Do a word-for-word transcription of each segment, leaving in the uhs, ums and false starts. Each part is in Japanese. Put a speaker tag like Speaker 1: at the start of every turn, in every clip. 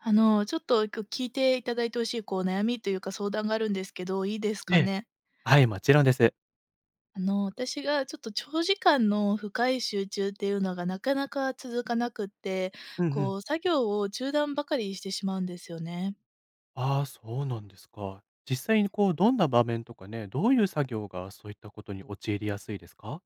Speaker 1: あの、ちょっと、聞いていただいてほしい、こう、悩みというか相談があるんですけど、いいです
Speaker 2: え
Speaker 1: か
Speaker 2: え、
Speaker 1: ね？
Speaker 2: はい、もちろんです。
Speaker 1: あの、私がちょっと長時間の深い集中っていうのがなかなか続かなくって、
Speaker 2: うんうん。
Speaker 1: こう、作業を中断ばかりしてしまうんですよね。
Speaker 2: ああ、そうなんですか。実際にこう、どんな場面とかね、どういう作業がそういったことに陥りやすいですか？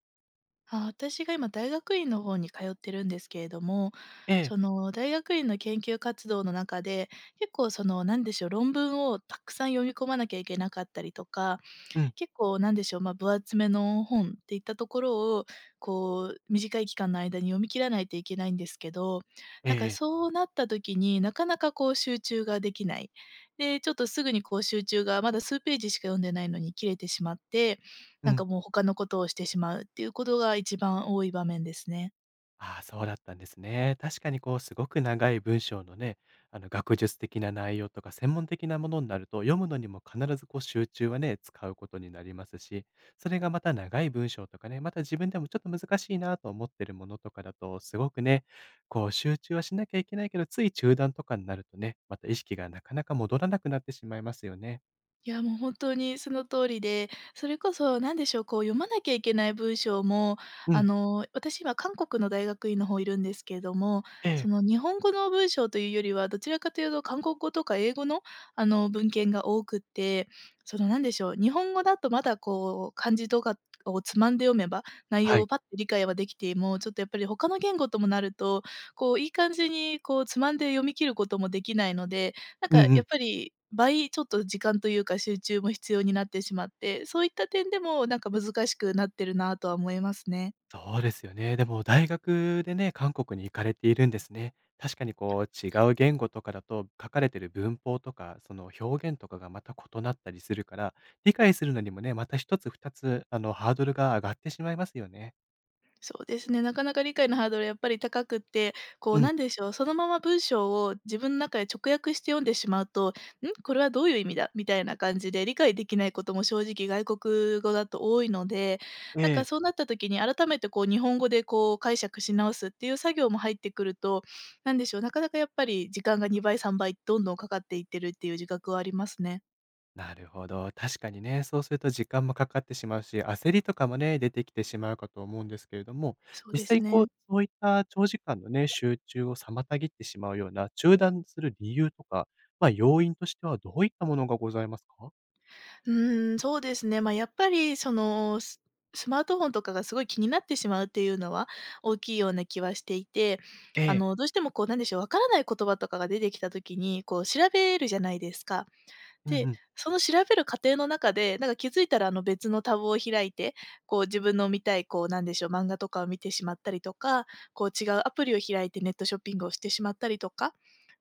Speaker 1: あ、私が今大学院の方に通ってるんですけれども、
Speaker 2: ええ、
Speaker 1: その、大学院の研究活動の中で、結構その、なんでしょう、論文をたくさん読み込まなきゃいけなかったりとか、
Speaker 2: うん。
Speaker 1: 結構なんでしょう、まあ、分厚めの本っていったところを、こう短い期間の間に読み切らないといけないんですけど、
Speaker 2: え
Speaker 1: な
Speaker 2: え
Speaker 1: ん
Speaker 2: え
Speaker 1: か
Speaker 2: え。
Speaker 1: そうなった時に、なかなかこう集中ができない。で、ちょっとすぐにこう集中がまだ数ページしか読んでないのに切れてしまって、
Speaker 2: う
Speaker 1: なんか
Speaker 2: ん。
Speaker 1: もう他のことをしてしまうっていうことが一番多い場面ですね。
Speaker 2: ああ、そうだったんですね。確かにこう、すごく長い文章のね、あの、学術的な内容とか専門的なものになると、読むのにも必ずこう、集中はね、使うことになりますし、それがまた長い文章とかね、また自分でもちょっと難しいなと思ってるものとかだと、すごくね、こう、集中はしなきゃいけないけど、つい中断とかになるとね、また意識がなかなか戻らなくなってしまいますよね。
Speaker 1: いや、もう本当にその通りで、それこそ何でしょう、こう読まなきゃいけない文章も、
Speaker 2: う
Speaker 1: あ
Speaker 2: ん。
Speaker 1: の、私今韓国の大学院の方いるんですけれども、
Speaker 2: ええ。
Speaker 1: その日本語の文章というよりは、どちらかというと韓国語とか英語の、あの、文献が多くって、その何でしょう、日本語だとまだこう漢字とかをつまんで読めば、内
Speaker 2: は
Speaker 1: 容
Speaker 2: い。
Speaker 1: をパッと理解はできても、ちょっとやっぱり他の言語ともなると、こういい感じにこうつまんで読み切ることもできないので、なん
Speaker 2: う
Speaker 1: か
Speaker 2: んう
Speaker 1: や
Speaker 2: ん。
Speaker 1: っぱり倍ちょっと時間というか集中も必要になってしまって、そういった点でもなんか難しくなってるなとは思いますね。
Speaker 2: そうですよね。でも大学でね、韓国に行かれているんですね。確かにこう違う言語とかだと、書かれてる文法とか、その表現とかがまた異なったりするから、理解するのにもね、また一つ二つあのハードルが上がってしまいますよね。
Speaker 1: そうですね、なかなか理解のハードルやっぱり高くって、こ
Speaker 2: う
Speaker 1: う
Speaker 2: ん。
Speaker 1: なんでしょう、そのまま文章を自分の中で直訳して読んでしまうと、ん、これはどういう意味だみたいな感じで理解できないことも正直外国語だと多いので、
Speaker 2: え
Speaker 1: なんか
Speaker 2: え。
Speaker 1: そうなった時に改めてこう日本語でこう解釈し直すっていう作業も入ってくると、なんでしょう、なかなかやっぱり時間がにばいさんばいどんどんかかっていってるっていう自覚はありますね。
Speaker 2: なるほど。確かにね、そうすると時間もかかってしまうし、焦りとかもね、出てきてしまうかと思うんですけれども、
Speaker 1: そう
Speaker 2: 実
Speaker 1: で
Speaker 2: 際
Speaker 1: す
Speaker 2: にこう、
Speaker 1: ね。
Speaker 2: そういった長時間のね、集中を妨げてしまうような、中断する理由とか、まあ、要因としてはどういったものがございますか？
Speaker 1: うーん、そうですね。まあ、やっぱりその、ススマートフォンとかがすごい気になってしまうっていうのは大きいような気はしていて、
Speaker 2: え
Speaker 1: あ
Speaker 2: え。
Speaker 1: の、どうしてもこうなんでしょう、わからない言葉とかが出てきた時に、こう調べるじゃないですか。
Speaker 2: うんう
Speaker 1: で、
Speaker 2: ん。
Speaker 1: その調べる過程の中で、なんか気づいたらあの別のタブを開いて、こう自分の見たいこうなんでしょう、漫画とかを見てしまったりとか、こう違うアプリを開いてネットショッピングをしてしまったりとか、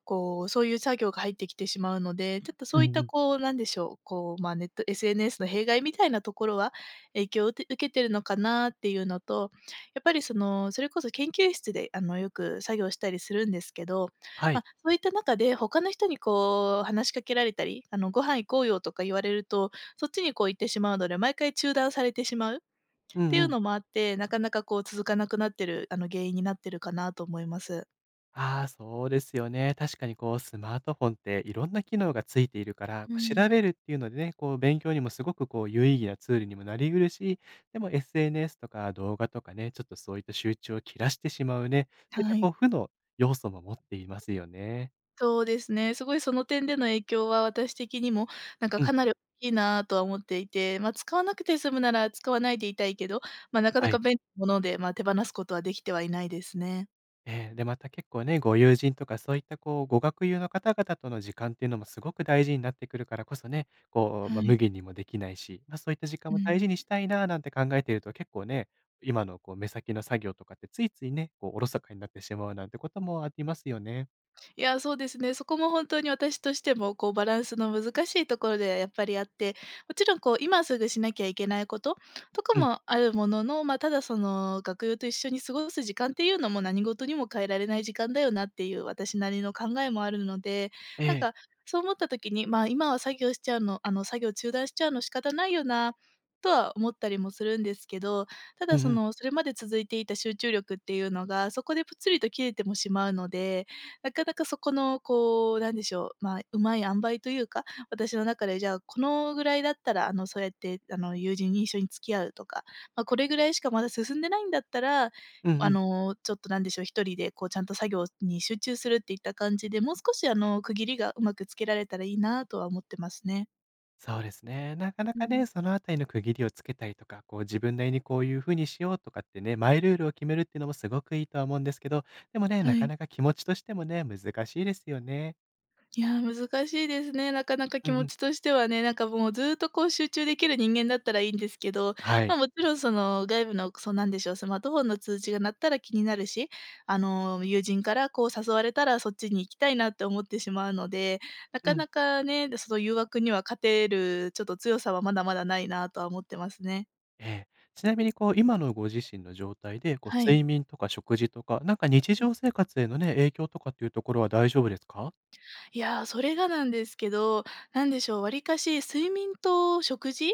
Speaker 1: こう、そういう作業が入ってきてしまうので、ちょっと
Speaker 2: う
Speaker 1: そういっ
Speaker 2: んう
Speaker 1: た、
Speaker 2: ん。
Speaker 1: こう、なんでしょう、こう、まあ、ネット エスエヌエス の弊害みたいなところは、影響を受け受けてるのかなっていうのと、やっぱりその、それこそ研究室で、あの、よく作業したりするんですけど、
Speaker 2: はい。
Speaker 1: ま、そういった中で他の人にこう、話しかけられたり、あの、「ご飯行こうよ」とか言われると、そっちにこう行ってしまうので、毎回中断されてしまうっ
Speaker 2: う
Speaker 1: て
Speaker 2: ん
Speaker 1: い
Speaker 2: う
Speaker 1: う
Speaker 2: ん。
Speaker 1: のもあって、なかなかこう続かなくなってる、あの、原因になってるかなと思います。
Speaker 2: ああ、そうですよね。確かにこうスマートフォンっていろんな機能がついているから、
Speaker 1: う
Speaker 2: こう調
Speaker 1: ん。
Speaker 2: べるっていうのでね、こう勉強にもすごくこう有意義なツールにもなりうるし、でも エスエヌエス とか動画とかね、ちょっとそういった集中を切らしてしまうね、そういった
Speaker 1: は
Speaker 2: こう
Speaker 1: い。
Speaker 2: 負の要素も持っていますよね。
Speaker 1: そうですね。すごいその点での影響は私的にも、なんか
Speaker 2: うん、
Speaker 1: かなり大きいなとは思っていて、まあ、使わなくて済むなら使わないでいたいけど、まあ、なか
Speaker 2: は
Speaker 1: なか
Speaker 2: い。
Speaker 1: 便利なもので、まあ、手放すことはできてはいないですね。
Speaker 2: ええ、で、また結構ね、ご友人とかそういったこう、ご学友の方々との時間っていうのもすごく大事になってくるからこそね、こう、ま、
Speaker 1: は
Speaker 2: 無
Speaker 1: い。
Speaker 2: 限にもできないし、ま、そういった時間
Speaker 1: う
Speaker 2: も大事
Speaker 1: ん。
Speaker 2: にしたいななんて考えていると結構ね、今のこう目先の作業とかってついついね、こうおろそかになってしまうなんてこともありますよね。
Speaker 1: いや、そうですね。そこも本当に私としても、こう、バランスの難しいところでやっぱりあって、もちろん、こう、今すぐしなきゃいけないこととか
Speaker 2: うん。
Speaker 1: もあるものの、まあ、ただ、その、学友と一緒に過ごす時間っていうのも何事にも変えられない時間だよなっていう私なりの考えもあるので、
Speaker 2: え
Speaker 1: なんか、
Speaker 2: え。
Speaker 1: そう思った時に、まあ、今は作業しちゃうのあの、作業中断しちゃうの仕方ないよなとは思ったりもするんですけど、た
Speaker 2: う
Speaker 1: だ、
Speaker 2: んう
Speaker 1: そ
Speaker 2: ん。
Speaker 1: の、それまで続いていた集中力っていうのが、そこでぷつりと切れてもしまうので、なかなかそこのこう、なんでしょう、まあ、うまい塩梅というか、私の中でじゃあ、このぐらいだったら、あの、そうやって、あの、友人に一緒に付き合うとか、まあ、これぐらいしかまだ進んでないんだったら、
Speaker 2: うんう
Speaker 1: あ
Speaker 2: ん。
Speaker 1: の、ちょっとなんでしょう、一人でこうちゃんと作業に集中するっていった感じで、もう少しあの、区切りがうまくつけられたらいいなとは思ってますね。
Speaker 2: そうですね。なかな
Speaker 1: う
Speaker 2: かね、
Speaker 1: ん。
Speaker 2: そのあたりの区切りをつけたりとか、こう自分なりにこういうふうにしようとかってね、マイルールを決めるっていうのもすごくいいとは思うんですけど、でもね、
Speaker 1: は
Speaker 2: なか
Speaker 1: い。
Speaker 2: なか気持ちとしてもね、難しいですよね。
Speaker 1: いやー、難しいですね。なかなか
Speaker 2: う
Speaker 1: 気
Speaker 2: んう
Speaker 1: 持
Speaker 2: ん。
Speaker 1: ちとしてはね、なんかもうずーっとこう集中できる人間だったらいいんですけど、
Speaker 2: はい。
Speaker 1: ま、もちろんその外部の、そ、なんでしょう、スマートフォンの通知が鳴ったら気になるし、あのー、友人からこう誘われたらそっちに行きたいなって思ってしまうので、な
Speaker 2: う
Speaker 1: か
Speaker 2: ん。
Speaker 1: なかね、その誘惑には勝てるちょっと強さはまだまだないなとは思ってますね。
Speaker 2: ええ。ちなみにこう、今のご自身の状態で、こう
Speaker 1: はい。
Speaker 2: 睡眠とか食事とか、なんか日
Speaker 1: うん。
Speaker 2: 常生活へのね、影響とかっていうところは大丈夫ですか？
Speaker 1: いやー、それがなんですけど、なんでしょう、わりかし睡眠と食事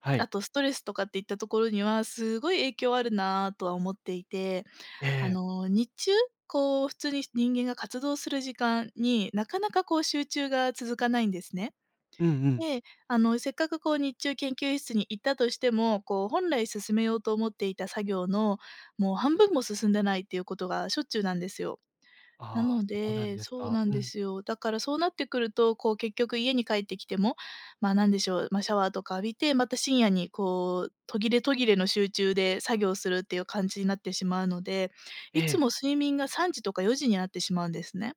Speaker 2: はい。
Speaker 1: あとストレスとかっていったところには、すごい影響あるなとは思っていて、
Speaker 2: え
Speaker 1: あ
Speaker 2: え。
Speaker 1: の、日中、こう普通に人間が活動する時間に、なかなかこう集中が続かないんですね。
Speaker 2: うんうん。
Speaker 1: で、あの、せっかくこう日中研究室に行ったとしても、こう本来進めようと思っていた作業の、もう半分も進んでないっていうことがしょっちゅうなんですよ。
Speaker 2: あ
Speaker 1: な
Speaker 2: あ、
Speaker 1: の
Speaker 2: そうなん
Speaker 1: で、
Speaker 2: です
Speaker 1: そう
Speaker 2: か。
Speaker 1: なん
Speaker 2: う
Speaker 1: で
Speaker 2: ん。
Speaker 1: すよ。だからそうなってくると、こう結局家に帰ってきても、まあ、なんでしょう、ま、シャワーとか浴びて、また深夜にこう、途切れ途切れの集中で作業するっていう感じになってしまうので、
Speaker 2: え
Speaker 1: いつ
Speaker 2: え。
Speaker 1: も睡眠がさんじとかよじになってしまうんですね。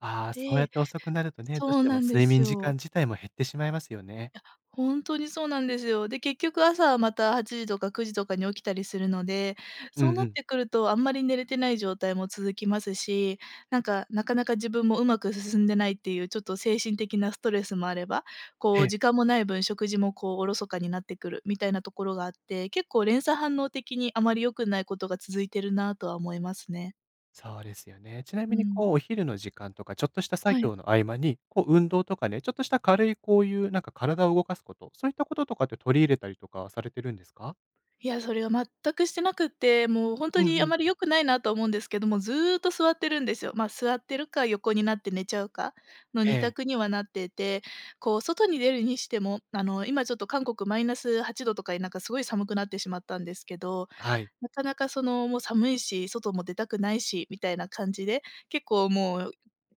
Speaker 2: ああ、そうやっ
Speaker 1: で、
Speaker 2: て遅くなるとね、
Speaker 1: そ
Speaker 2: どうし
Speaker 1: う
Speaker 2: ても
Speaker 1: なんで
Speaker 2: 睡
Speaker 1: す
Speaker 2: 眠時間
Speaker 1: よ。
Speaker 2: 自体も減ってしまいますよね。
Speaker 1: 本当にそうなんですよ。で、結局朝またはちじとかくじとかに起きたりするので、
Speaker 2: う
Speaker 1: そう
Speaker 2: ん
Speaker 1: な
Speaker 2: う
Speaker 1: っ
Speaker 2: ん。
Speaker 1: てくるとあんまり寝れてない状態も続きますし、なんか、なかなか自分もうまく進んでないっていうちょっと精神的なストレスもあれば、こ
Speaker 2: え
Speaker 1: う
Speaker 2: え、
Speaker 1: 時間もない分、食事もこうおろそかになってくるみたいなところがあって、結構連鎖反応的にあまり良くないことが続いてるなとは思いますね。
Speaker 2: そうですよね。ちな
Speaker 1: う
Speaker 2: みにこ
Speaker 1: ん。
Speaker 2: う、お昼の時間とか、ちょっとした作
Speaker 1: はい。
Speaker 2: 業の合間に、こう、運動とかね、ちょっとした軽いこういうなんか体を動かすこと、そういったこととかって取り入れたりとかされてるんですか？
Speaker 1: いや、それが全くしてなくって、もう本
Speaker 2: う
Speaker 1: 当
Speaker 2: ん
Speaker 1: に
Speaker 2: う
Speaker 1: あ
Speaker 2: ん。
Speaker 1: まり良くないなと思うんですけども、ずーっと座ってるんですよ。ま、あ座ってるか横になって寝ちゃうかの
Speaker 2: え
Speaker 1: 二
Speaker 2: え、
Speaker 1: 択にはなってて、こう外に出るにしても、あの、今ちょっと韓国マイナスはちどとかになんかすごい寒くなってしまったんですけど、
Speaker 2: はい。
Speaker 1: なかなかその、もう寒いし、外も出たくないしみたいな感じで、結構もう、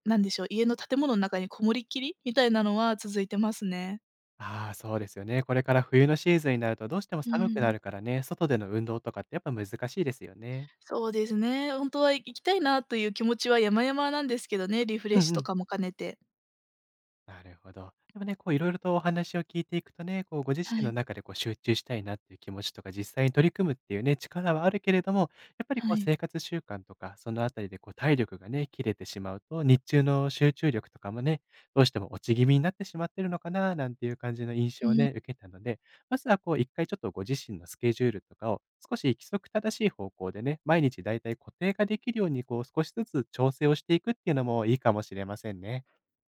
Speaker 1: なんでしょう、家の建物の中にこもりっきりみたいなのは続いてますね。
Speaker 2: ああ、そうですよね。これから冬のシーズンになるとどうしても
Speaker 1: う
Speaker 2: 寒くな
Speaker 1: ーん。
Speaker 2: るからね、外での運動とかってやっぱ難しいですよね。
Speaker 1: そうですね。本当は行きたいなという気持ちは山々なんですけどね、リフレ
Speaker 2: う
Speaker 1: ッシ
Speaker 2: ん
Speaker 1: ュ
Speaker 2: う
Speaker 1: と
Speaker 2: ん。
Speaker 1: かも兼ねて。
Speaker 2: なるほど。でもね、こういろいろとお話を聞いていくとね、こうご自
Speaker 1: は
Speaker 2: 身の
Speaker 1: い、
Speaker 2: 中でこう集中したいなっていう気持ちとか、実際に取り組むっていうね、力はあるけれども、やっぱりこ
Speaker 1: は
Speaker 2: う
Speaker 1: い。
Speaker 2: 生活習慣とか、そのあたりでこう体力がね、切れてしまうと、日中の集中力とかもね、どうしても落ち気味になってしまってるのかななんていう感じの印
Speaker 1: う
Speaker 2: 象を
Speaker 1: ん。
Speaker 2: ね、受けたので、まずはこう一回ちょっとご自身のスケジュールとかを少し規則正しい方向でね、毎日だいたい固定ができるようにこう少しずつ調整をしていくっていうのもいいかもしれませんね。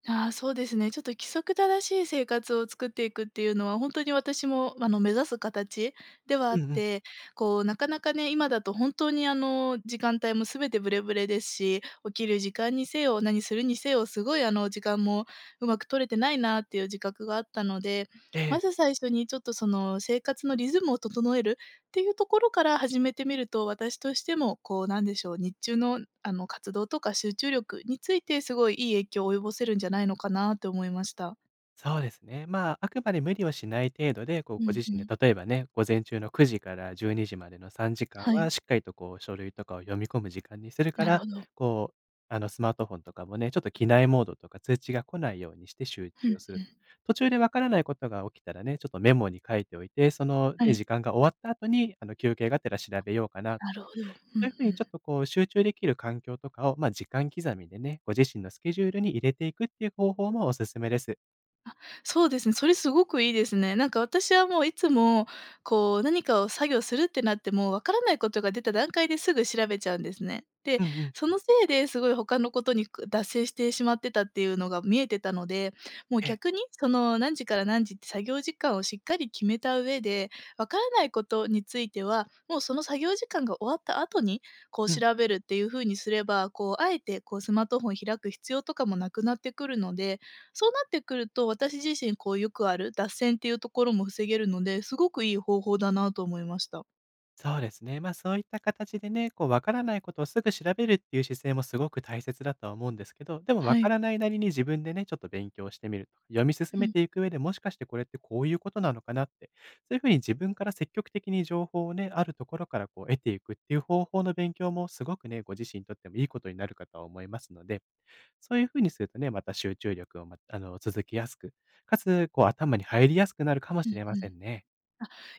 Speaker 1: ああ、そうですね。ちょっと規則正しい生活を作っていくっていうのは、本当に私もあの、目指す形ではあ
Speaker 2: う
Speaker 1: っ
Speaker 2: んうん。
Speaker 1: て、こう、なかなかね、今だと本当にあの、時間帯も全てブレブレですし、起きる時間にせよ、何するにせよ、すごいあの、時間もうまく取れてないなっていう自覚があったので、
Speaker 2: え
Speaker 1: ま
Speaker 2: え。
Speaker 1: ず最初にちょっとその、生活のリズムを整えるっていうところから始めてみると、私としてもこう、なんでしょう、日中のあの、活動とか集中力について、すごいいい影響を及ぼせるんじゃないのかなって思いました。
Speaker 2: そうですね。まあ、あくまで無理をしない程度で、こう、
Speaker 1: う
Speaker 2: ご
Speaker 1: ん
Speaker 2: 自
Speaker 1: う
Speaker 2: 身で
Speaker 1: ん。
Speaker 2: 例えばね、午前中のくじからじゅうにじまでのさんじかん
Speaker 1: は
Speaker 2: は、
Speaker 1: い。
Speaker 2: しっかりとこう、書類とかを読み込む時間にするか
Speaker 1: なる
Speaker 2: ら、
Speaker 1: ほど。
Speaker 2: こう、あの、スマートフォンとかもね、ちょっと機内モードとか通知が来ないようにして集
Speaker 1: うん
Speaker 2: 中
Speaker 1: うん。
Speaker 2: をする。途中でわからないことが起きたらね、ちょっとメモに書いておいて、その、
Speaker 1: は
Speaker 2: ね、
Speaker 1: い。
Speaker 2: 時間が終わった後に、あの、休憩がてら調べようかな。
Speaker 1: なるほど。うんう
Speaker 2: というふうに、ちょっ
Speaker 1: ん。
Speaker 2: とこう、集中できる環境とかを、まあ、時間刻みでね、ご自身のスケジュールに入れていくっていう方法もおすすめです。
Speaker 1: そうですね、それすごくいいですね。なんか私はもういつも、こう何かを作業するってなっても、わからないことが出た段階ですぐ調べちゃうんですね。で、
Speaker 2: うんうん。
Speaker 1: そのせいですごい他のことにく脱線してしまってたっていうのが見えてたので、もう
Speaker 2: ええ、
Speaker 1: 逆にその何時から何時って作業時間をしっかり決めた上で、わからないことについては、もうその作業時間が終わった後に、こう
Speaker 2: うん、
Speaker 1: 調べるっていう風にすれば、こうあえてこうスマートフォン開く必要とかもなくなってくるので、そうなってくると、私自身こうよくある脱線っていうところも防げるので、すごくいい方法だなと思いました。
Speaker 2: そうですね。ま、そういった形でね、こう、わからないことをすぐ調べるっていう姿勢もすごく大切だとは思うんですけど、でもわ
Speaker 1: は
Speaker 2: か
Speaker 1: い。
Speaker 2: らないなりに自分でね、ちょっと勉強してみるとか、読み進
Speaker 1: う
Speaker 2: め
Speaker 1: ん、
Speaker 2: ていく上で、もしかしてこれってこういうことなのかなって、そういう風に自分から積極的に情報をね、あるところからこう得ていくっていう方法の勉強もすごくね、ご自身にとってもいいことになるかとは思いますので、そういう風にするとね、また集中力をまあの、続きやすく、かつ、こう頭に入りやすくなるかも
Speaker 1: う
Speaker 2: し
Speaker 1: ん、
Speaker 2: れま
Speaker 1: う
Speaker 2: せ
Speaker 1: ん。
Speaker 2: んね。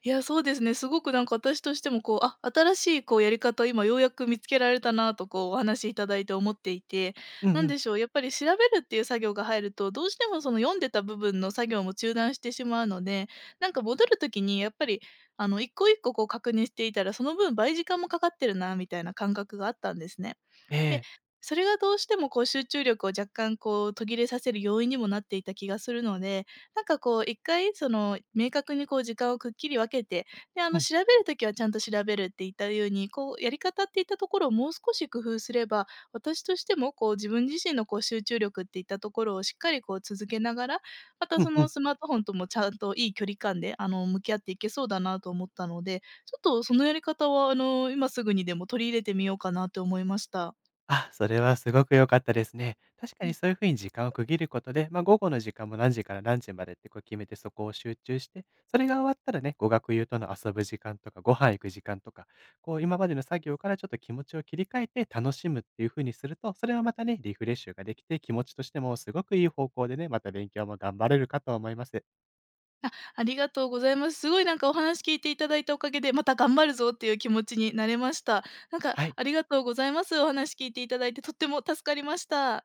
Speaker 1: いや、そうですね。すごくなんか私としてもこう、あ、新しいこうやり方、今ようやく見つけられたなとこうお話しいただいて思っていて、
Speaker 2: う
Speaker 1: な
Speaker 2: んう
Speaker 1: ん
Speaker 2: ん。
Speaker 1: でしょう、やっぱり調べるっていう作業が入ると、どうしてもその読んでた部分の作業も中断してしまうので、なんか戻る時にやっぱりあの一個一個こう確認していたら、その分倍時間もかかってるなみたいな感覚があったんですね。
Speaker 2: え
Speaker 1: で、
Speaker 2: え。
Speaker 1: それがどうしてもこう集中力を若干こう途切れさせる要因にもなっていた気がするので、なんかこう一回その明確にこう時間をくっきり分けて、で、あ
Speaker 2: う
Speaker 1: の
Speaker 2: ん。
Speaker 1: 調べるときはちゃんと調べるって言ったように、こうやり方っていったところをもう少し工夫すれば、私としてもこう自分自身のこう集中力っていったところをしっかりこう続けながら、ま
Speaker 2: う
Speaker 1: た
Speaker 2: ん
Speaker 1: そ
Speaker 2: う
Speaker 1: の
Speaker 2: ん。
Speaker 1: スマートフォンともちゃんといい距離感であの向き合っていけそうだなと思ったので、ちょっとそのやり方はあの今すぐにでも取り入れてみようかなって思いました。
Speaker 2: あ、それはすごく良かったですね。確か
Speaker 1: う
Speaker 2: に
Speaker 1: ん、
Speaker 2: そういう風に時間を区切ることで、まあ、午後の時間も何時から何時までってこう決めて、そこを集中して、それが終わったらね、語学友との遊ぶ時間とか、ご飯行く時間とか、こう今までの作業からちょっと気持ちを切り替えて楽しむっていう風にすると、それはまたね、リフレッシュができて、気持ちとしてもすごくいい方向でね、また勉強も頑張れるかと思います。
Speaker 1: あ、ありがとうございます。すごいなんかお話聞いていただいたおかげで、また頑張るぞっていう気持ちになれました。なんか
Speaker 2: はい。
Speaker 1: ありがとうございます。お話聞いていただいてとっても助かりました。